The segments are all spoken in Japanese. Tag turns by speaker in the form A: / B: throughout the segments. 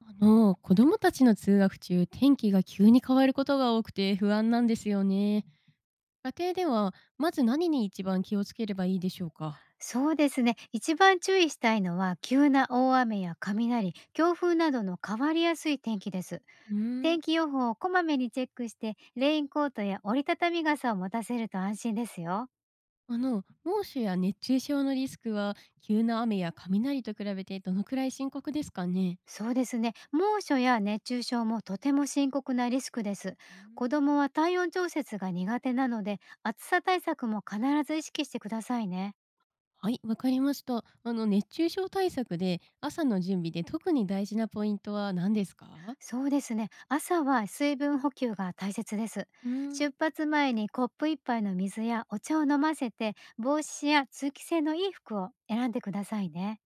A: 子供たちの通学中、天気が急に変わることが多くて不安なんですよね。家庭では、まず何に一番気をつければいいでしょうか？
B: そうですね。一番注意したいのは、急な大雨や雷、強風などの変わりやすい天気です。
A: うーん。
B: 天気予報をこまめにチェックして、レインコートや折りたたみ傘を持たせると安心ですよ。
A: 猛暑や熱中症のリスクは、急な雨や雷と比べてどのくらい深刻ですかね？
B: そうですね。猛暑や熱中症もとても深刻なリスクです。
A: うー
B: 子
A: ん。
B: 供は体温調節が苦手なので、暑さ対策も必ず意識してくださいね。
A: はい、わかりました。熱中症対策で、朝の準備で特に大事なポイントは何ですか？
B: そうですね。朝は水分補給が大切です。
A: うーん。
B: 出発前にコップ一杯の水やお茶を飲ませて、帽子や通気性のいい服を選んでくださいね。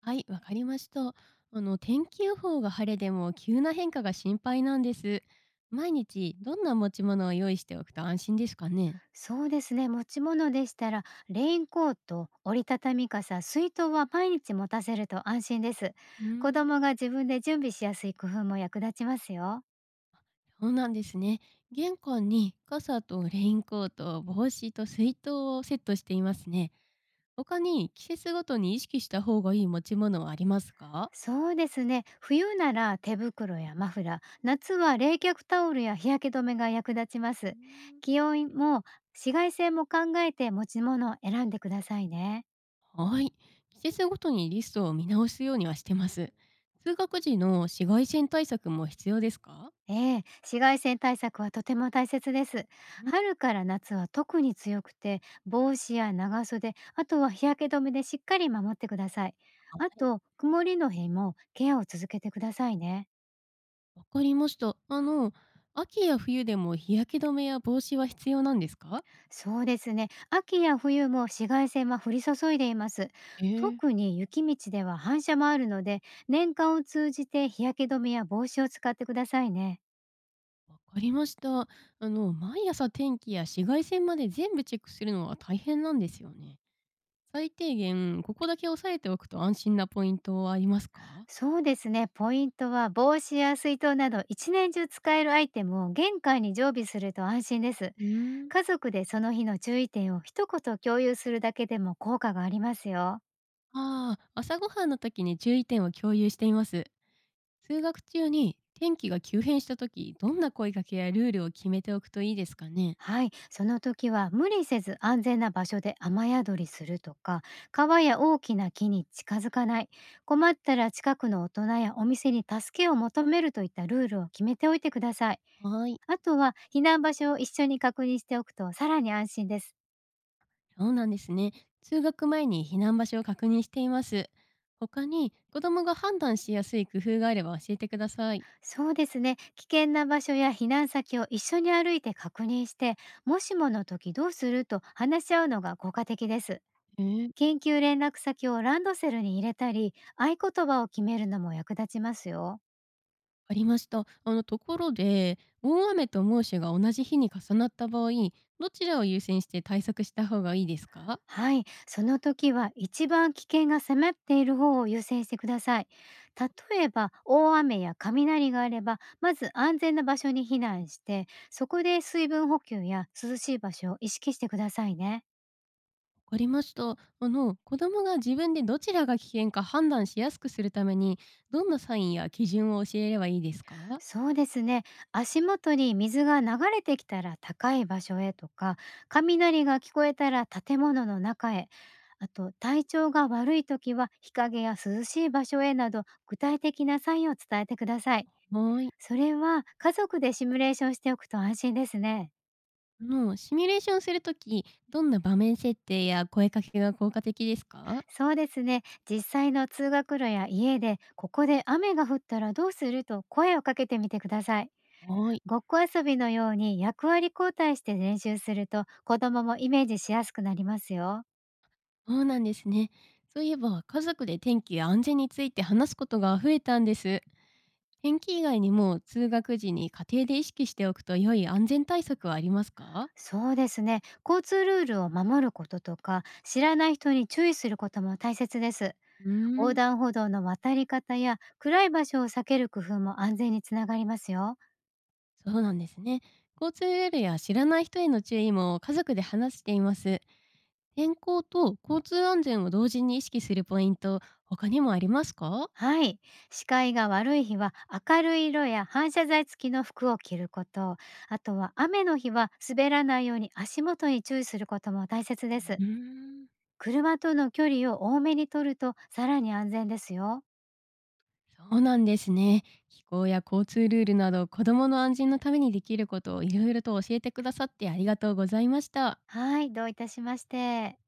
A: はい、わかりました。天気予報が晴れでも急な変化が心配なんです。毎日どんな持ち物を用意しておくと安心ですかね。
B: そうですね。持ち物でしたら、レインコート、折りたたみ傘、水筒は毎日持たせると安心です。
A: うー
B: 子
A: ん、
B: 供が自分で準備しやすい工夫も役立ちますよ。
A: そうなんですね。玄関に傘とレインコート、帽子と水筒をセットしていますね。他に季節ごとに意識した方がいい持ち物はありますか？
B: そうですね。冬なら手袋やマフラー、夏は冷却タオルや日焼け止めが役立ちま
A: う
B: す。
A: ー
B: 気温も紫外線も考えて持ち物を選んでくださいね。
A: ん。はい。季節ごとにリストを見直すようにはしてます。通学時の紫外線対策も必要ですか？
B: ええ、紫外線対策はとても大切です。
A: うん。
B: 春から夏は特に強くて、帽子や長袖、あとは日焼け止めでしっかり守ってください。あと、曇りの日もケアを続けてくださいね。
A: わかりました。秋や冬でも日焼け止めや帽子は必要なんですか？
B: そうですね。秋や冬も紫外線は降り注いでいます。
A: ええ。
B: 特に雪道では反射もあるので、年間を通じて日焼け止めや帽子を使ってくださいね。
A: わかりました。毎朝天気や紫外線まで全部チェックするのは大変なんですよね。最低限、ここだけ押さえておくと安心なポイントはありますか？
B: そうですね。ポイントは帽子や水筒など一年中使えるアイテムを玄関に常備すると安心です。
A: うーん。
B: 家族でその日の注意点を一言共有するだけでも効果がありますよ。
A: ああ、朝ごはんの時に注意点を共有しています。通学中に天気が急変した時、どんな声かけやルールを決めておくといいですかね？
B: はい、その時は無理せず安全な場所で雨宿りするとか、川や大きな木に近づかない、困ったら近くの大人やお店に助けを求めるといったルールを決めておいてください。
A: はーい。
B: あとは避難場所を一緒に確認しておくとさらに安心です。
A: そうなんですね。通学前に避難場所を確認しています。他に子供が判断しやすい工夫があれば教えてください。
B: そうですね、危険な場所や避難先を一緒に歩いて確認して、もしもの時どうすると話し合うのが効果的です。
A: えー
B: 研究連絡先をランドセルに入れたり、合言葉を決めるのも役立ちますよ。
A: ありました。ところで大雨と猛暑が同じ日に重なった場合、どちらを優先して対策した方がいいですか？
B: はい、その時は一番危険が迫っている方を優先してください。例えば大雨や雷があればまず安全な場所に避難して、そこで水分補給や涼しい場所を意識してくださいね。
A: わかりました。子供が自分でどちらが危険か判断しやすくするためにどんなサインや基準を教えればいいですか？は
B: そうですね。足元に水が流れてきたら高い場所へとか、雷が聞こえたら建物の中へ、あと体調が悪い時は日陰や涼しい場所へなど具体的なサインを伝えてください。
A: ーい。
B: それは家族でシミュレーションしておくと安心ですね。
A: シミュレーションするとき、どんな場面設定や声かけが効果的ですか？
B: そうですね。実際の通学路や家でここで雨が降ったらどうすると声をかけてみてください。
A: はい。
B: ごっこ遊びのように役割交代して練習すると子供もイメージしやすくなりますよ。
A: そうなんですね。そういえば、家族で天気や安全について話すことが増えたんです。天気以外にも、通学時に家庭で意識しておくと良い安全対策はありますか？
B: そうですね。交通ルールを守ることとか、知らない人に注意することも大切です。
A: うー
B: 横
A: ん、
B: 断歩道の渡り方や暗い場所を避ける工夫も安全につながりますよ。
A: そうなんですね。交通ルールや知らない人への注意も家族で話しています。天候と交通安全を同時に意識するポイント、他にもありますか？
B: はい。視界が悪い日は明るい色や反射材付きの服を着ること、あとは雨の日は滑らないように足元に注意することも大切です。
A: うーん。
B: 車との距離を多めに取るとさらに安全ですよ。
A: そうなんですね。気候や交通ルールなど、子どもの安全のためにできることをいろいろと教えてくださってありがとうございました。
B: はい、どういたしまして。